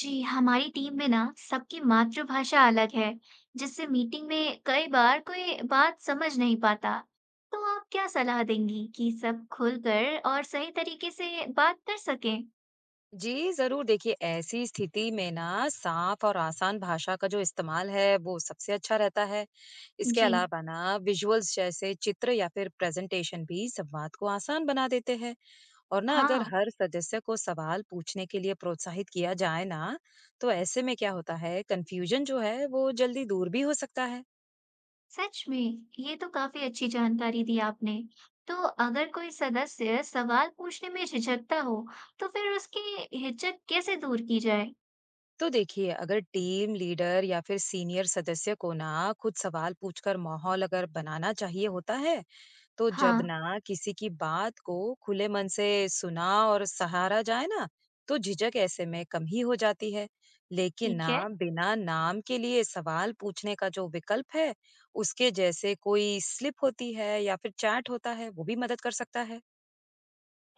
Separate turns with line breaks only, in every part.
जी हमारी टीम में ना सबकी मातृभाषा अलग है। जिससे मीटिंग में कई बार कोई बात समझ नहीं पाता। तो आप क्या सलाह देंगी कि सब खुलकर और सही तरीके से बात कर सकें?
जी, ज़रूर देखिए, ऐसी स्थिति में ना साफ और आसान भाषा का जो इस्तेमाल है वो सबसे अच्छा रहता है। इसके
जी।
अलावा ना विजुअल्स जैसे चित्र या फिर प्रेजेंटेशन भी संवाद को आसान बना देते हैं। और ना अगर
हाँ।
हर सदस्य को सवाल पूछने के लिए प्रोत्साहित किया जाए ना, तो ऐसे में क्या होता है, कन्फ्यूजन जो है वो जल्दी दूर भी हो सकता है।
सच में ये तो काफी अच्छी जानकारी दी आपने। तो अगर कोई सदस्य सवाल पूछने में झिझकता हो तो फिर उसकी हिचक कैसे दूर की जाए?
तो देखिए, अगर टीम लीडर या फिर सीनियर सदस्य को ना खुद सवाल पूछकर माहौल अगर बनाना चाहिए होता है, तो जब
हाँ।
ना किसी की बात को खुले मन से सुना और सहारा जाए ना, तो झिझक ऐसे में कम ही हो जाती है। लेकिन
ठीक
ना,
है।
बिना नाम के लिए सवाल पूछने का जो विकल्प है, उसके जैसे कोई स्लिप होती है या फिर चैट होता है, वो भी मदद कर सकता है।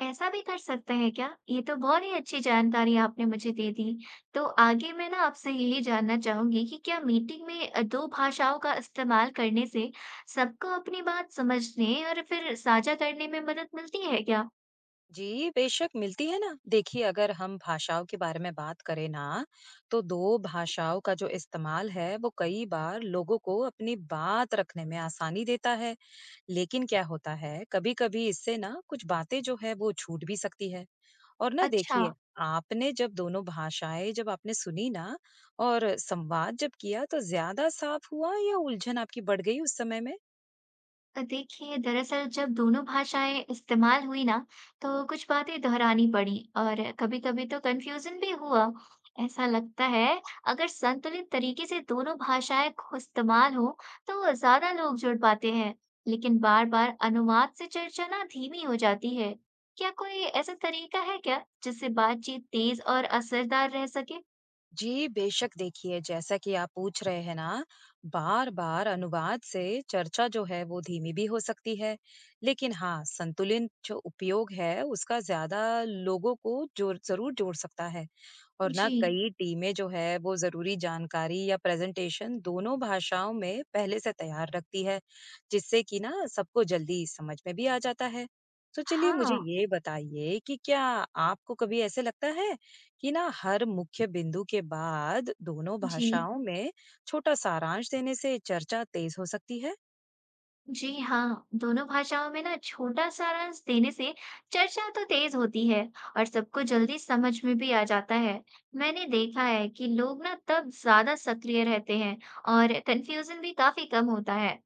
ऐसा भी कर सकते हैं क्या? ये तो बहुत ही अच्छी जानकारी आपने मुझे दे दी। तो आगे मैं ना आपसे यही जानना चाहूँगी कि क्या मीटिंग में 2 भाषाओं का इस्तेमाल करने से सबको अपनी बात समझने और फिर साझा करने में मदद मिलती है क्या?
जी बेशक मिलती है ना। देखिए, अगर हम भाषाओं के बारे में बात करें ना, तो दो भाषाओं का जो इस्तेमाल है वो कई बार लोगों को अपनी बात रखने में आसानी देता है। लेकिन क्या होता है, कभी-कभी इससे ना कुछ बातें जो है वो छूट भी सकती है। और ना
अच्छा।
देखिए, आपने जब दोनों भाषाएं जब आपने सुनी ना और संवाद जब किया, तो ज्यादा साफ हुआ या उलझन आपकी बढ़ गई उस समय में?
देखिए दरअसल जब दोनों भाषाएं इस्तेमाल हुई ना तो कुछ बातें दोहरानी पड़ी और कभी कभी तो कंफ्यूजन भी हुआ। ऐसा लगता है अगर संतुलित तरीके से दोनों भाषाएं इस्तेमाल हो तो ज्यादा लोग जुड़ पाते हैं। लेकिन बार बार अनुवाद से चर्चा ना धीमी हो जाती है। क्या कोई ऐसा तरीका है क्या जिससे बातचीत तेज और असरदार रह सके?
जी, बेशक देखिए, जैसा कि आप पूछ रहे हैं ना, बार-बार अनुवाद से चर्चा जो है वो धीमी भी हो सकती है, लेकिन हाँ, संतुलित जो उपयोग है उसका ज़्यादा लोगों को जोर ज़रूर जोड़ सकता है। और ना,
जी
कई टीमें जो है वो ज़रूरी जानकारी या प्रेज़ेंटेशन दोनों भाषाओं में पहले से तैयार रखती है, जिससे कि ना सबको जल्दी समझ में भी आ जाता है। तो चलिए, मुझे
हाँ।
ये बताइए कि क्या आपको कभी ऐसे लगता है कि ना हर मुख्य बिंदु के बाद दोनों
जी।
भाषाओं में छोटा सारांश देने से चर्चा तेज हो सकती है?
जी हाँ, दोनों भाषाओं में ना छोटा सारांश देने से चर्चा तो तेज होती है और सबको जल्दी समझ में भी आ जाता है। मैंने देखा है कि लोग ना तब ज्यादा सक्रिय रहते हैं और कंफ्यूजन भी काफी कम होता है।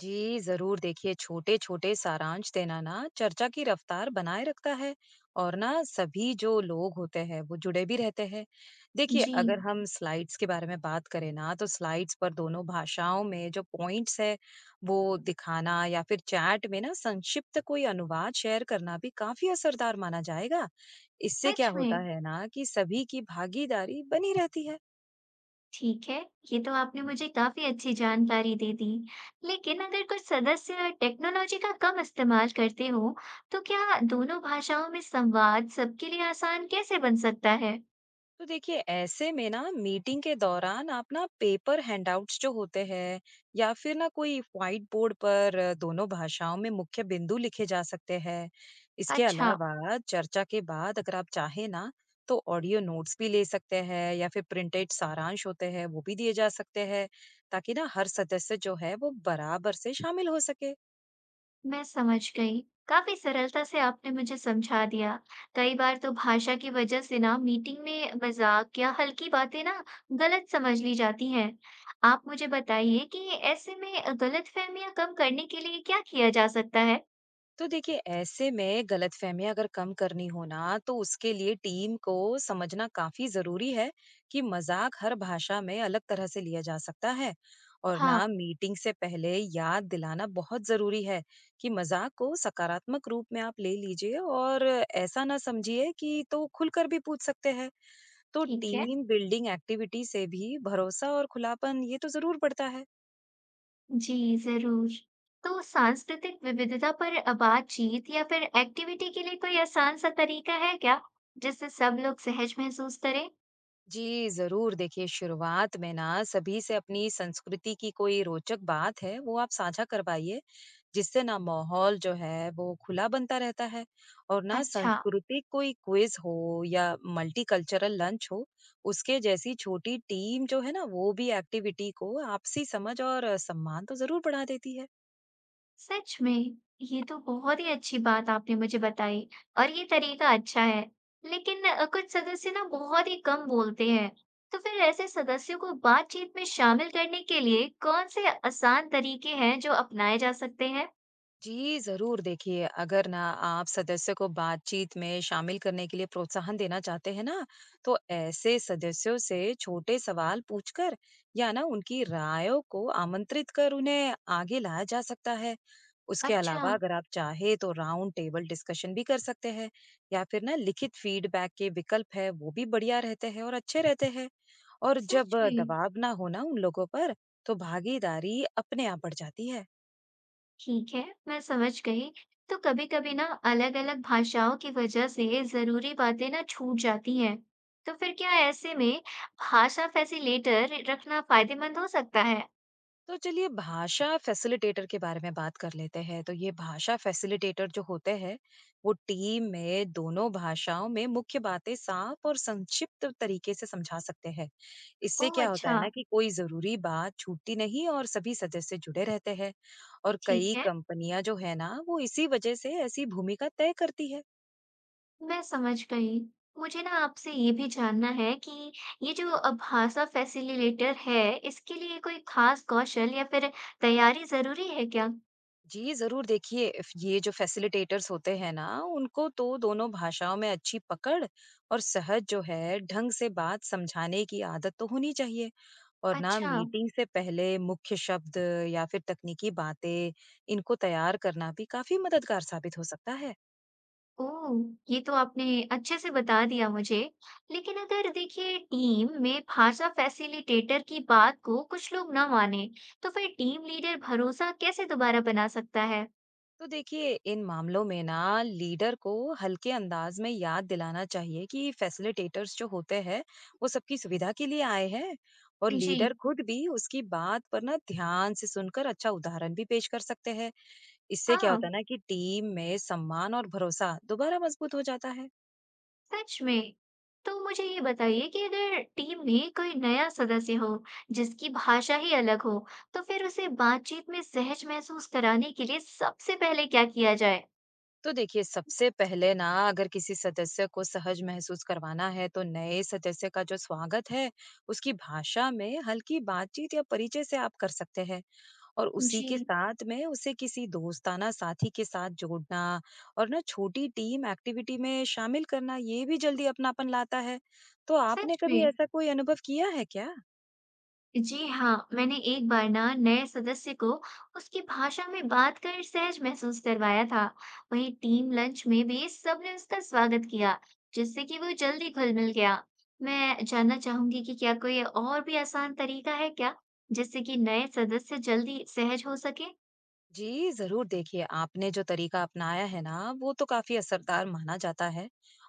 जी, जरूर, देखिए छोटे छोटे सारांश देना ना चर्चा की रफ्तार बनाए रखता है, और ना सभी जो लोग होते हैं वो जुड़े भी रहते हैं। देखिए,
जी।
अगर हम स्लाइड्स के बारे में बात करें ना, तो स्लाइड्स पर दोनों भाषाओं में जो पॉइंट्स है वो दिखाना, या फिर चैट में ना संक्षिप्त कोई अनुवाद शेयर करना भी काफी असरदार माना जाएगा। इससे क्या
सच
होता
में।
है ना कि सभी की भागीदारी बनी रहती है।
ठीक है। ये तो आपने मुझे काफी अच्छी जानकारी दे दी। लेकिन अगर कुछ सदस्य टेक्नोलॉजी का कम इस्तेमाल करते हो तो क्या दोनों भाषाओं में संवाद सबके लिए आसान कैसे बन सकता है?
तो देखिए, ऐसे में ना मीटिंग के दौरान आप ना पेपर हैंडआउट्स जो होते हैं, या फिर ना कोई व्हाइट बोर्ड पर दोनों भाषाओं में मुख्य बिंदु लिखे जा सकते हैं। इसके
अच्छा।
अलावा चर्चा के बाद अगर आप चाहें ना, तो ऑडियो नोट्स भी ले सकते हैं, या फिर प्रिंटेड सारांश होते हैं वो भी दिए जा सकते हैं, ताकि ना हर सदस्य जो है वो बराबर से शामिल हो सके।
मैं समझ गई। काफी सरलता से आपने मुझे समझा दिया। कई बार तो भाषा की वजह से ना मीटिंग में मजाक या हल्की बातें ना गलत समझ ली जाती हैं। आप मुझे बताइए कि ऐसे में गलतफहमियां कम करने के लिए क्या किया जा सकता है?
तो देखिए, ऐसे में गलतफहमियां अगर कम करनी हो ना, तो उसके लिए टीम को समझना काफी जरूरी है कि मजाक हर भाषा में अलग तरह से लिया जा सकता है। और
हाँ।
ना, मीटिंग से पहले याद दिलाना बहुत जरूरी है कि मजाक को सकारात्मक रूप में आप ले लीजिए, और ऐसा ना समझिए, कि तो खुलकर भी पूछ सकते हैं। तो
ठीक है।
टीम बिल्डिंग एक्टिविटी से भी भरोसा और खुलापन, ये तो जरूर बढ़ता है।
जी, जरूर। तो सांस्कृतिक विविधता पर बातचीत या फिर एक्टिविटी के लिए कोई आसान सा तरीका है क्या, जिससे सब लोग सहज महसूस करें?
जी, ज़रूर, देखिए शुरुआत में ना सभी से अपनी संस्कृति की कोई रोचक बात है वो आप साझा करवाइए, जिससे ना माहौल जो है वो खुला बनता रहता है। और ना,
अच्छा।
सांस्कृतिक कोई क्विज हो या मल्टीकल्चरल लंच हो, उसके जैसी छोटी टीम जो है ना, वो भी एक्टिविटी को आपसी समझ और सम्मान तो ज़रूर बढ़ा देती है।
सच में ये तो बहुत ही अच्छी बात आपने मुझे बताई। और ये तरीका अच्छा है। लेकिन कुछ सदस्य ना बहुत ही कम बोलते हैं। तो फिर ऐसे सदस्यों को बातचीत में शामिल करने के लिए कौन से आसान तरीके हैं जो अपनाए जा सकते हैं?
जी, ज़रूर देखिए, अगर ना आप सदस्य को बातचीत में शामिल करने के लिए प्रोत्साहन देना चाहते हैं ना, तो ऐसे सदस्यों से छोटे सवाल पूछकर या ना उनकी रायों को आमंत्रित कर उन्हें आगे लाया जा सकता है। उसके
अच्छा।
अलावा अगर आप चाहे, तो राउंड टेबल डिस्कशन भी कर सकते हैं, या फिर ना लिखित फीडबैक के विकल्प है, वो भी बढ़िया रहते हैं और अच्छे रहते हैं। और जब
सच में।
दबाव ना हो ना उन लोगों पर, तो भागीदारी अपने आप बढ़ जाती है।
ठीक है। मैं समझ गई। तो कभी कभी ना अलग अलग भाषाओं की वजह से जरूरी बातें ना छूट जाती हैं। तो फिर क्या ऐसे में भाषा फैसिलिटेटर रखना फायदेमंद हो सकता है?
तो चलिए, भाषा फैसिलिटेटर के बारे में बात कर लेते हैं। तो ये भाषा फैसिलिटेटर जो होते हैं, वो टीम में दोनों भाषाओं में मुख्य बातें साफ और संक्षिप्त तरीके से समझा सकते हैं। इससे
ओह
क्या होता
अच्छा।
है ना कि कोई जरूरी बात छूटती नहीं और सभी सदस्य जुड़े रहते हैं। और
ठीक
कई
है।
कंपनियां जो है ना, वो इसी वजह से ऐसी भूमिका तय करती है।
मैं समझ गई। मुझे ना आपसे ये भी जानना है कि ये जो भाषा फैसिलिटेटर है, इसके लिए कोई खास कौशल या फिर तैयारी ज़रूरी है क्या?
जी, ज़रूर देखिए, फ ये जो फैसिलिटेटर्स होते हैं ना, उनको तो दोनों भाषाओं में अच्छी पकड़ और सहज जो है ढंग से बात समझाने की आदत तो होनी चाहिए। और ना,
अच्छा।
मीटिंग से पहले मुख्य शब्द या फिर तकनीकी बातें इनको तैयार करना भी काफ़ी मददगार साबित हो सकता है।
ओह, ये तो आपने अच्छे से बता दिया मुझे। लेकिन अगर देखिए टीम में भाषा फैसिलिटेटर की बात को कुछ लोग ना माने, तो फिर टीम लीडर भरोसा कैसे दोबारा बना सकता है?
तो देखिए, इन मामलों में ना लीडर को हल्के अंदाज में याद दिलाना चाहिए कि फैसिलिटेटर्स जो होते हैं, वो सबकी सुविधा के लिए आए हैं। और
जी।
लीडर खुद भी उसकी बात पर ना ध्यान से सुनकर अच्छा उदाहरण भी पेश कर सकते हैं। इससे क्या होता
हाँ।
है ना कि टीम में सम्मान और भरोसा दोबारा मजबूत हो जाता है।
सच में तो मुझे ये बताइए कि अगर टीम में कोई नया सदस्य हो जिसकी भाषा ही अलग हो तो फिर उसे बातचीत में सहज महसूस कराने के लिए सबसे पहले क्या किया जाए?
तो देखिए, सबसे पहले ना अगर किसी सदस्य को सहज महसूस करवाना है, तो नए सदस्य का जो स्वागत है, उसकी भाषा में हल्की बातचीत या परिचय से आप कर सकते हैं। और उसी
जी।
के साथ में उसे किसी दोस्ताना साथी के साथ जोड़ना और ना छोटी टीम एक्टिविटी में शामिल करना, ये भी जल्दी अपनापन लाता है। तो आपने
सच
कभी
में।
ऐसा कोई अनुभव किया है क्या?
जी हाँ, मैंने एक बार ना नए सदस्य को उसकी भाषा में बात कर सहज महसूस करवाया था। वहीं टीम लंच में भी सबने उसका स्वागत किया, जिससे कि वो जल्दी घुल मिल गया। मैं जानना चाहूंगी कि क्या कोई और भी आसान तरीका है क्या जिससे कि नए सदस्य जल्दी सहज हो सके?
जी, ज़रूर, देखिए आपने जो तरीका अपनाया है ना, वो तो काफ़ी असरदार माना जाता है।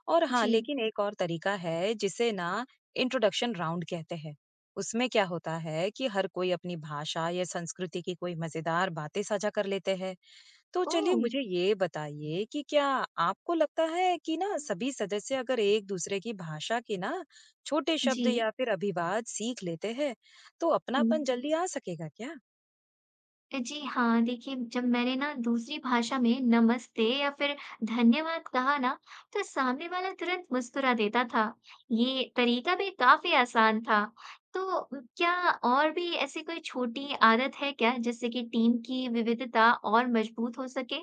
और हाँ,
जी।
लेकिन एक और तरीका है जिसे ना इंट्रोडक्शन राउंड कहते हैं। उसमें क्या होता है कि हर कोई अपनी भाषा या संस्कृति की कोई मज़ेदार बातें साझा कर लेते हैं। तो
ओ।
चलिए, मुझे ये बताइए कि क्या आपको लगता है कि ना सभी सदस्य अगर एक दूसरे की भाषा के ना छोटे
जी।
शब्द या फिर अभिवाद सीख लेते हैं, तो अपनापन जल्दी आ सकेगा क्या?
जी हाँ, देखिए जब मैंने ना दूसरी भाषा में नमस्ते या फिर धन्यवाद कहा ना, तो सामने वाला तुरंत मुस्कुरा देता था। ये तरीका भी काफी आसान था। तो क्या और भी ऐसी कोई छोटी आदत है क्या जिससे कि टीम की विविधता और मजबूत हो सके?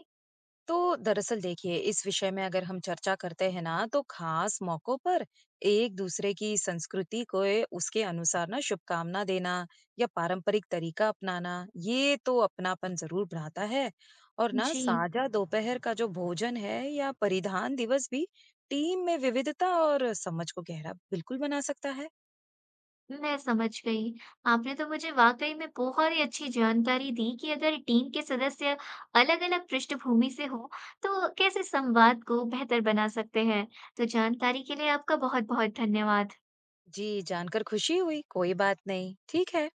तो दरअसल देखिए, इस विषय में अगर हम चर्चा करते हैं ना, तो खास मौकों पर एक दूसरे की संस्कृति को उसके अनुसार ना शुभकामना देना या पारंपरिक तरीका अपनाना, ये तो अपनापन जरूर बढ़ाता है। और ना,
जी।
साझा दोपहर का जो भोजन है या परिधान दिवस भी टीम में विविधता और समझ को गहरा बिल्कुल बना सकता है।
मैं समझ गई। आपने तो मुझे वाक़ई में बहुत ही अच्छी जानकारी दी कि अगर टीम के सदस्य अलग-अलग पृष्ठभूमि से हों, तो कैसे संवाद को बेहतर बना सकते हैं। तो जानकारी के लिए आपका बहुत-बहुत धन्यवाद।
जी, जानकर खुशी हुई। कोई बात नहीं। ठीक है।